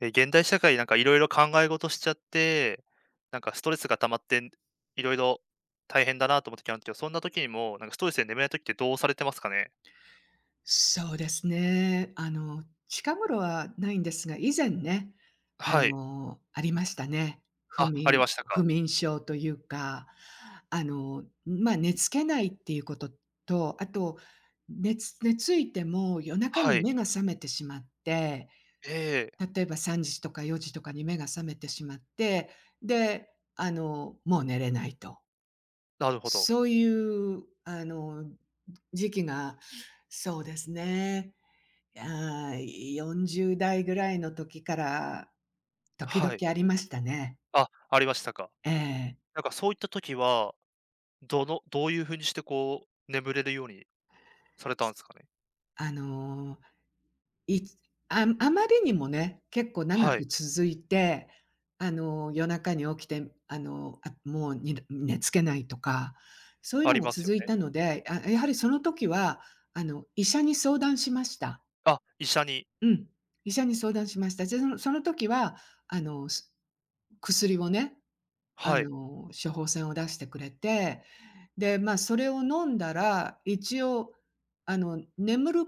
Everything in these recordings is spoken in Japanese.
現代社会なんかいろいろ考え事しちゃって、なんかストレスが溜まって、いろいろ大変だなと思ってきまんですけど、そんな時にも、なんかストレスで眠れない時ってどうされてますかね？そうですね。近頃はないんですが、以前ね、はい。ありましたね。不あ、あり眠ました不か。眠症というか、寝付けないっていうことと、あと、寝ついても夜中はにい。目が覚めてしまって、ええ、例えば3時とか4時とかに目が覚めてしまって、で、もう寝れないと。なるほど。そういう、時期がそうですね、いや、40代ぐらいの時から、時は々い。ありましたね。あ、ありましたか。ええ。なんかそういった時は、どういう風にしてこう、眠れるようにされたんですかね？あの、いつああまりにもね、結構長はくい、続いて、夜中に起きて、もう、にど寝付けないとか、そういうあのりがますよ続いね。たので、あ、やはりその時は、医者に相談しました。あ、医者に。うん、医者に相談しました。じゃ、その時は、あの、す薬をね、はい、処方箋を出してくれて、で、まあ、それを飲んだら、一応、あの、眠る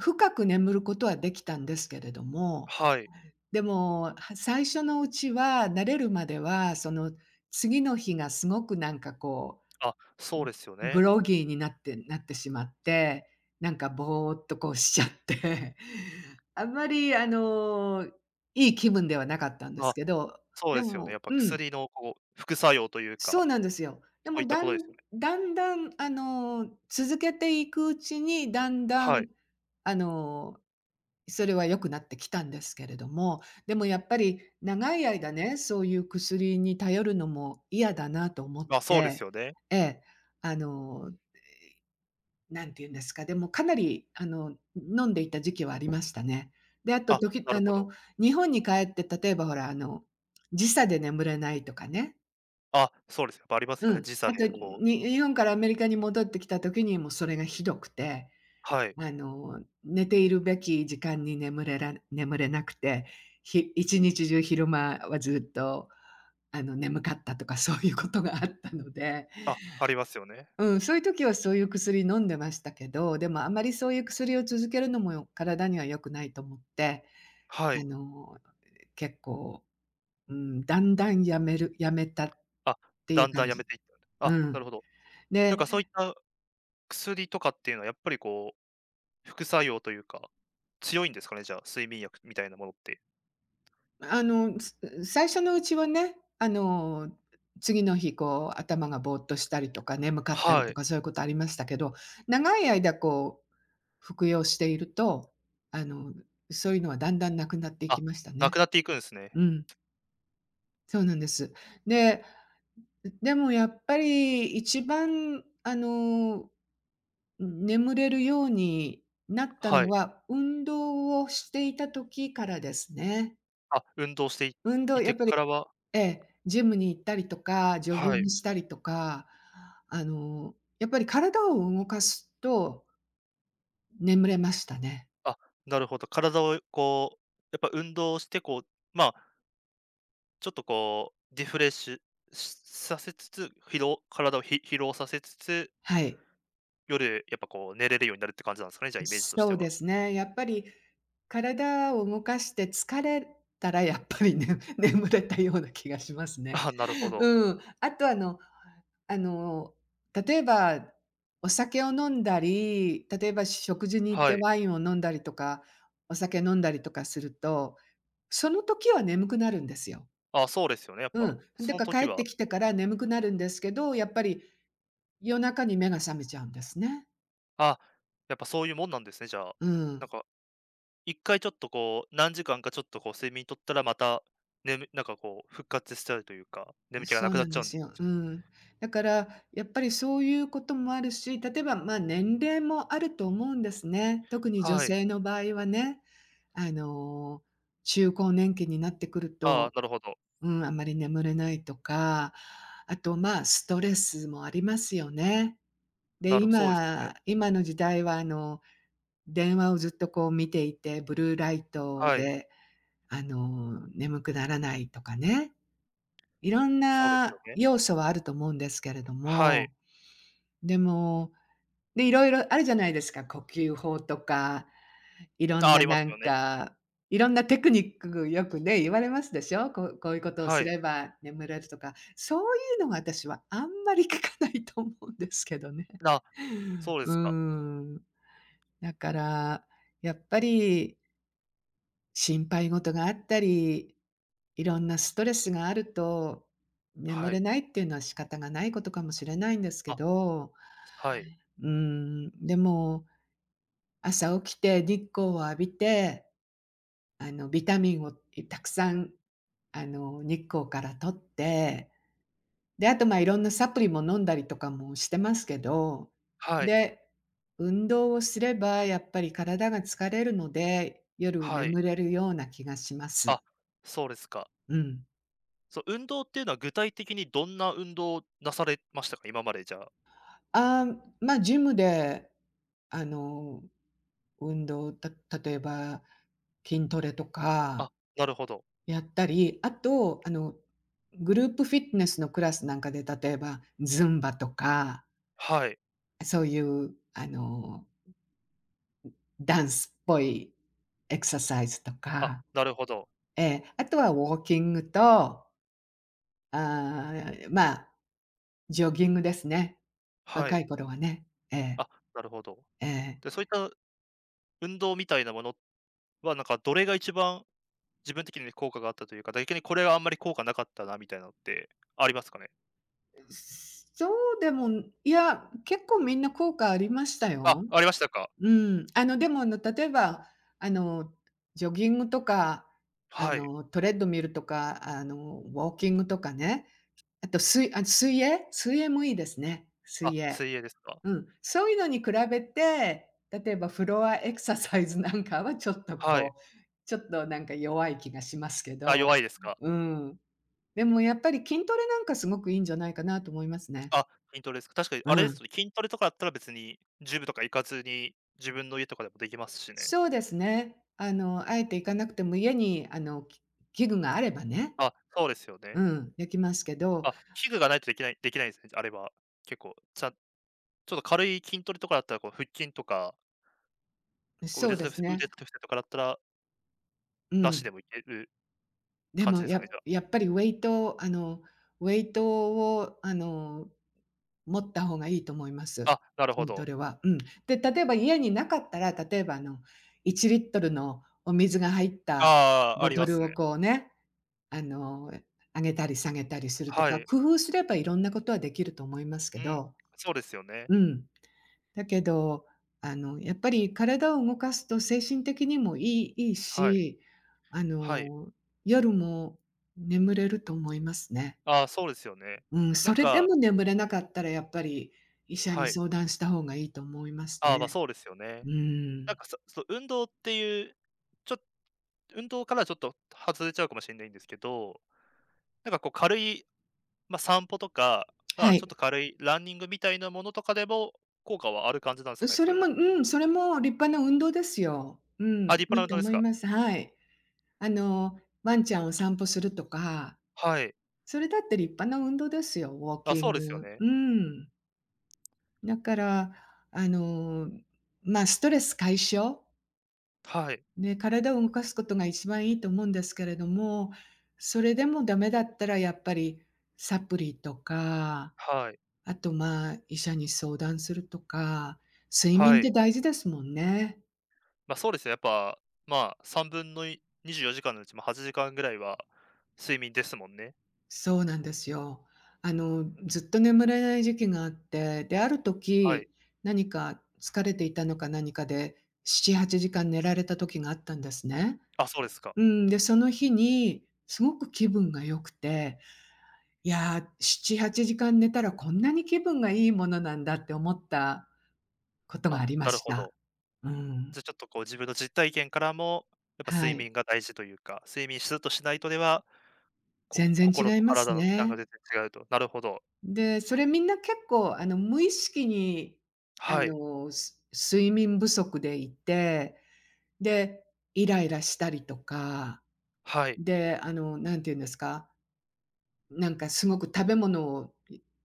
深く眠ることはできたんですけれども、はい。でも、最初のうちは、慣れるまでは、その、次の日がすごくなんかこあ、そうですよう、グね。ロギーになってなってしまって、なんかぼーっとこうしちゃって、あんまりいい気分ではなかったんですあ、けど、そうでですよね。やもっぱうん。薬のこう、副作用というそかうなんですよ。でそういも、っただことでんすよね。だんだん、続けていくうちに、だんだはん、い。あの、それは良くなってきたんですけれども、でもやっぱり長い間ね、そういう薬に頼るのも嫌だなと思っまあ、そうですて、よね。ええ、あの、んて言うんですか、でもかなり、飲んでいた時期はありましたね。で、あと、あ、ときなあるほの、ど。日本に帰って、例えばほら、時差で眠れないとかね、あ、そうですよ。やっぱありますうよね。ん。時差あと、でこにう日本からアメリカに戻ってきた時にもそれがひどくて、はい。寝ているべき時間に眠れなくて、一日中昼間はずっと、眠かったとかそういうことがあったので、あ、ありますよね。うん、そういう時はそういう薬飲んでましたけど、でもあまりそういう薬を続けるのも体には良くないと思って、はあい。の、結構、うん、だんだんやめたっあ、ていだうんだん感やめじ。ていったうあ、なるん。ほど。なんでかそういった薬とかっていうのはやっぱりこう、副作用というか、強いんですかね、じゃあ、睡眠薬みたいなものって。あの、す最初のうちはね、次の日こう頭がぼーっとしたりとかね、眠かったりはとい。かそういうことありましたけど、長い間こう服用していると、あの、そういうのはだんだんなくなっていきあ、ましたなね。くなっていくんですね。うん、そうなんです。で、でもやっぱり一番眠れるようになったはのい。は、運動をしていた時からですね。あ、運動してい運動いやてっぱりからはええ、ジムに行ったりとか、ジョギはンい。グしたりとか、やっぱり体を動かすと眠れましたね。あ、なるほど。体をこう、やっぱ運動してこう、まあちょっとこう、リフレッシュしさせつつ、疲労体をひ疲労させつつ、はい。夜やっぱこう寝れるようになるって感じなんですかね、じゃあイメージとしそてうでは。すね。やっぱり体を動かして疲れたらやっぱりね 眠れたような気がしますね。あなるほど。うん。あとあの、例えば、お酒を飲んだり、例えば食事に行っはてい。ワインを飲んだりとか、お酒飲んだりとかすると、その時は眠くなるんですよ。あ、そうですよね、やっうぱ。ん。だそのか時ら帰っては、きてから眠くなるんですけど、やっぱり夜中に目が覚めちゃうんですね。あ、やっぱそういうもんなんですね、じゃあ。うなんん。か、一回ちょっとこう、何時間かちょっとこう睡眠取ったらまた、眠なんかこう復活しちゃうというか、眠気がなそうくななっんちゃでうんですよ。すうん。だから、やっぱりそういうこともあるし、例えば、まあ、年齢もあると思うんですね。特に女はい。性の場合はね、あの、中高年期になってくるああ、と、なるほど。うん、あまり眠れないとか、あと、まあ、ストレスもありますよね。で、なるそうですよね。今の時代は、電話をずっとこう見ていて、ブルーライトはい。で、眠くならないとかね。いろんそうですなよね。要素はあると思うんですけれどはい。も、でも、で、いろいろあるじゃないですか、呼吸法とか、いろんああ、あなりますなんよね。か、いろんなテクニックよくね、言われますでしょ。こういうことをはすい。れば眠れるとか、そういうのが私はあんまり聞かないと思うんですけどね。あ、そうでうーすか。ん。だから、やっぱり心配事があったりいろんなストレスがあると、眠はれい。ないっていうのは仕方がないことかもしれないんですけあ、ど、はい。うん、でも、朝起きて日光を浴びて、ビタミンをたくさん、日光から取って、で、あと、ま、いろんなサプリも飲んだりとかもしてますけど、はい。で、運動をすればやっぱり体が疲れるので、夜はい。眠れるような気がします。あ、そうですか。うん。そう、運動っていうのは具体的にどんな運動をなされましたか？今までじゃあ。ああ、まあ、ジムで、あの、運動、た例えば筋トレとかあ、なるほど。やったり、あと、グループフィットネスのクラスなんかで、例えばズンバとか、はい。そういう、ダンスっぽいエクササイズとあ、か、なるほど。ええ、あとはウォーキングと、あーまあ、ジョギングですね。は若い。い頃はね。ええ、あ、なるほど。ええ。で、そういった運動みたいなものは、なんかどれが一番自分的に効果があったというか、逆にこれはあんまり効果なかったなみたいなのってありますかね？そうでも、いや、結構みんな効果ありましたあ、よ。ありましたか。うん。でも、例えば、あの、ジョギングとか、はい。トレッドミルとか、ウォーキングとかね、あと、水泳もいいですね、あ、水泳。水泳ですか。うん。そういうのに比べて、例えばフロアエクササイズなんかはちょっとはい。こう、ちょっとなんか弱い気がしますけあ、ど、弱いですか？うん。でもやっぱり筋トレなんかすごくいいんじゃないかなと思いますね。あ、筋トレですか。確かにうあれですん。よね、筋トレとかだったら別にジムとか行かずに、自分の家とかでもできますしね。そうですね。あえて行かなくても家に器具があればね、あ、そうですようね。ん、できますけど、あ、器具がないとできないできないですね、あれは。結構、ちゃんちょっと軽い筋トレとかだったら、こう腹筋とか、こうそ腕う立でて伏すせ腕ね。立て伏せとかだったら、うなしでん。もいけるで感じもですやかね、じゃやっぱりウェイトウェイトを持った方がいいと思いまあ。す。あ、なるほ筋トど。レは。うん。で、例えば家になかったら、例えば1リットルのお水が入ったああ、あボりトまルすをね。こうね、あの、上げたり下げたりするとはか、い。工夫すればいろんなことはできると思いますけうん。ど、そうですよね。うん。だけど、やっぱり体を動かすと精神的にもいいはい。し、あはい。の、夜も眠れると思いますね。ああ、そうですよね。うん、なそんれでかも眠れなかったらやっぱり医者にはい。相談した方がいいと思いますあね。あ、ま、そうですよね。うなんん。か、そう、運動っていうちょっ運動からはちょっと外れちゃうかもしれないんですけど、なんかこう軽い、まあ、散歩とか、まはあ、ちょっい。と軽いランニングみたいなものとかでも、効果はある感じなんですかね、そそれれもは。うん、それも立派な運動ですよ。うあ、ん、立派いない運と動で思すいか。ます。はい。ワンちゃんを散歩するとか、はい。それだって立派な運動ですよ、ウォーあ、キそうンですよグ。ね。うん。だから、あの、ストレス解消、はい、ね、体を動かすことが一番いいと思うんですけれども、それでもダメだったらやっぱりサプリとか、はい、あと、まあ、医者に相談するとか、睡は眠ってい。大事ですもんね。ま、そうですね、やっぱ、まあ、3分のい24時間のうちも8時間ぐらいは睡眠ですもんね。そうなんですよ。ずっと眠れない時期があって、で、あるはい。時、何か疲れていたのか何かで、7、8時間寝られた時があったんですね。あ、そうですか。うん、で、その日にすごく気分が良くて、いや、7、8時間寝たらこんなに気分がいいものなんだって思ったことがあ、ありまなるしほた。ど。うん、じゃ、ちょっとこう自分の実体験からも、やっぱは睡い。眠が大事というか、睡眠しずっとしないとではこ全然心違といます体の負担がね。全然違うと。なるほど。で、それみんな結構無意識にはい。睡眠不足でいて、で、イライラしたりとか、はい。で、なんていうんですか。なんかすごく食べ物を、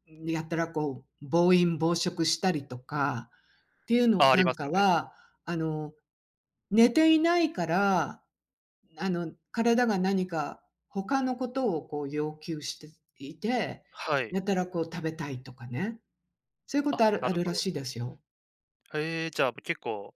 やたらこう、暴飲暴食したりとかっていうのあ、ありなんますかよね。は、あの、寝ていないから、体が何か他のことをこう要求していて、はい。やたらこう食べたいとかね、そういうこあ、とあるなあるるほらど。しいですよ。へえ、じゃあ、結構、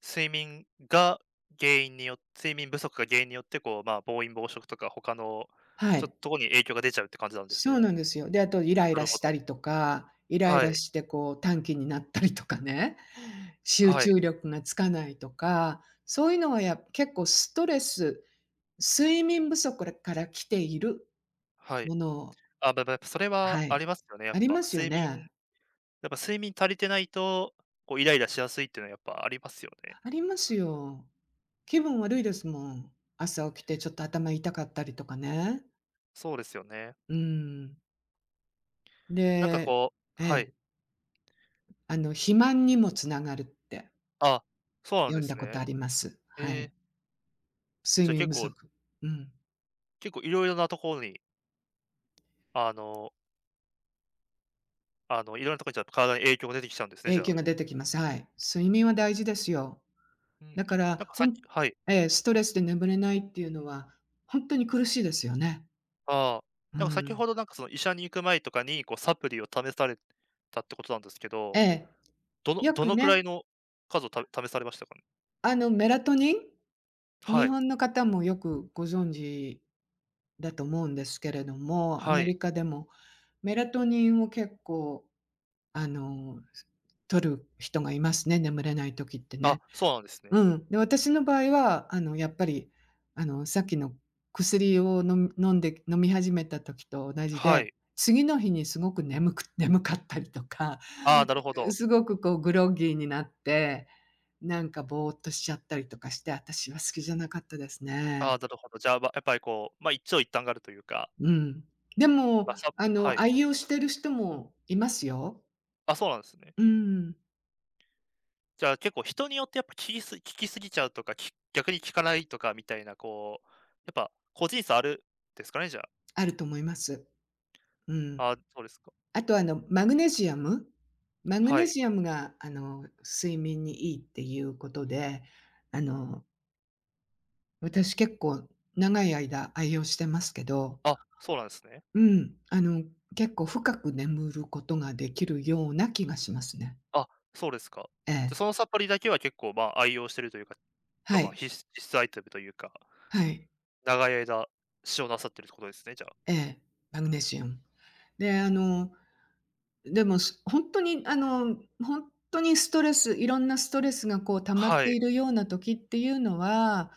睡眠が原因によって睡眠不足が原因によって、こう、まあ、暴飲暴食とか他のはちょっい。ととこに影響が出ちゃうって感じなんですそうなね。んですよ。で、あとイライなラるほしたど。りとか、イライはラい。してこう短気になったりとかね、集はい。中力がつかないとか、そういうのは結構ストレス、睡眠不足から来ているはい。もの。あ、まあま、やっぱそれははありい、ますよね、やっありぱ。ますよ睡眠ね。やっぱ睡眠足りてないと、こうイライラしやすいっていうのはやっぱありますよね。ありますよ。気分悪いですもん。朝起きてちょっと頭痛かったりとかね。そうですよね。うん。なんかでこうえはい。え、あの肥満にもつながるってあ、そうなん読でんだすことあね。ります。はえい。え、睡じゃ、眠結不足。構うん。結構いろいろなところに、あのいろんなところにじゃ、体に影響が出てきちゃうんですね、じ影ゃ響あ。が出てきます。はい。睡眠は大事ですよ。うん。だかなんら、かさほっんきはい。ええ、ストレスで眠れないっていうのは、ほんとに苦しいですよね。ああ、うなんか先ん。ほどなんかその医者に行く前とかに、こうサプリを試されたってことなんですけえど、え。どのよどくのくらね、いの数をた試されましたかね？あの、メラトニン、は日い、本の方もよくご存知だと思うんですけれども、アはメい。リカでもメラトニンを結構、あの、摂る人がいますね、眠れない時ってあ、ね。そうなんですね。うん。で、私の場合は、あの、やっぱり、あの、さっきの薬を飲んで飲み始めた時と同じはで、い。次の日にすごく眠く 眠かったりとか、ああ、なるほ ど。すごくこうグロッギーになって、なんかぼーっとしちゃったりとかして、私は好きじゃなかったですああ、ね。なるほど。じゃあ、ま、やっぱりこう、ま、一長一短があるというか、うん。でも、まあ、さあはの、い。愛用してる人もいますよ。あ、そうなんですね。うん、じゃあ、結構人によってやっぱ聞きす聞きすぎちゃうとか、聞逆に聞かないとかみたいな、こう、やっぱ個人差あるですかね、じゃあ。あると思います。うん。あそうですか。あと、あの、マグネシアムマグはネい。シアムが、あの、睡眠にいいっていうことで、あの、私結構長い間愛用してますけど、あ、そうなんですね。うん、あの、結構深く眠ることができるような気がしますね。あ、そうですか。えでえ。そのサプリだけは結構、ま、愛用してるというかか、はま、い、必須アイテムというか、はい、長い間使用なさってるってことですね、じゃあ。ええ、マグネシアム。で、あのでも、本当に、あの、本当にストレスいろんなストレスがこう溜まっはてい。いるような時っていうのは、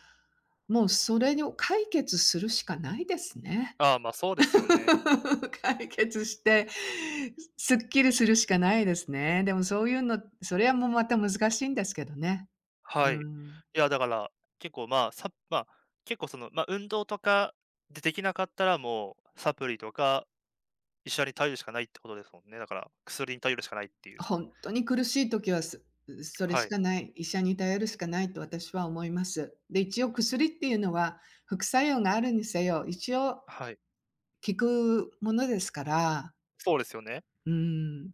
もうそれを解決するしかないですね。ああ、ま、そうですよ ね。解決して、すっきりするしかないですね。でもそういうの、それはもうまた難しいんですけどね。うはい。いん。や、だから、結構、まあ、さまあ、結構その、ま、運動とかでできなかったら、もうサプリとか医者に頼るしかないってことですもんね。だから、薬に頼るしかないっていう。本当に苦しい時は、それしはい。かない、医者に頼るしかないと私は思います。で、一応薬っていうのは、副作用があるにせよ、一応はい。効くものですから、そうですよね。うん。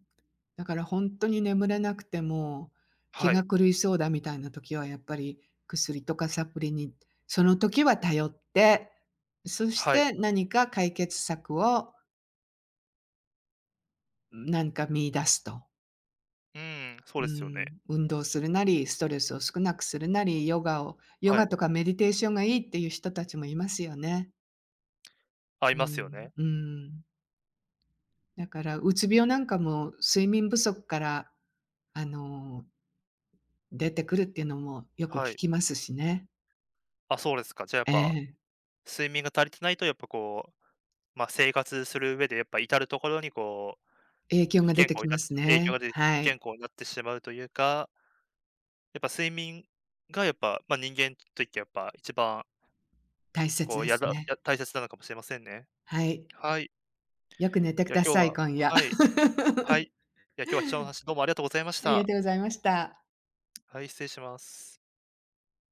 だからほんとに眠れなくても、気はがい。狂いそうだみたいな時はやっぱり薬とかサプリに、その時は頼って、そしはい。て何か解決策を見出すと。うーん、そううですよね。ん、運動するなり、ストレスを少なくするなり、ヨはガい。とかメディテーションがいいっていう人たちもいますよね。合いうますよん、ね。うん。だから、うつ病なんかも睡眠不足から、あの、出てくるっていうのもよくは聞い。きますしね。あ、そうですか。じゃあやっえぱ、え、睡眠が足りてないとやっぱこう、まあ、生活する上でやっぱ至るところにこう、影響不が出健て康きになまっすて影響ね。が出ては不健い、康になってしまうというか、やっぱ睡眠がやっぱ、まあ、人間にといってやっぱ一番大切こでう、やすだね。や大切なのかもしれませんね。はい、はい。よく寝てくいや、だ今日さい、は今夜。は い。はい。いや、今日は貴重な話どうもありがとうございましありがた。とうございました。はい、失礼します。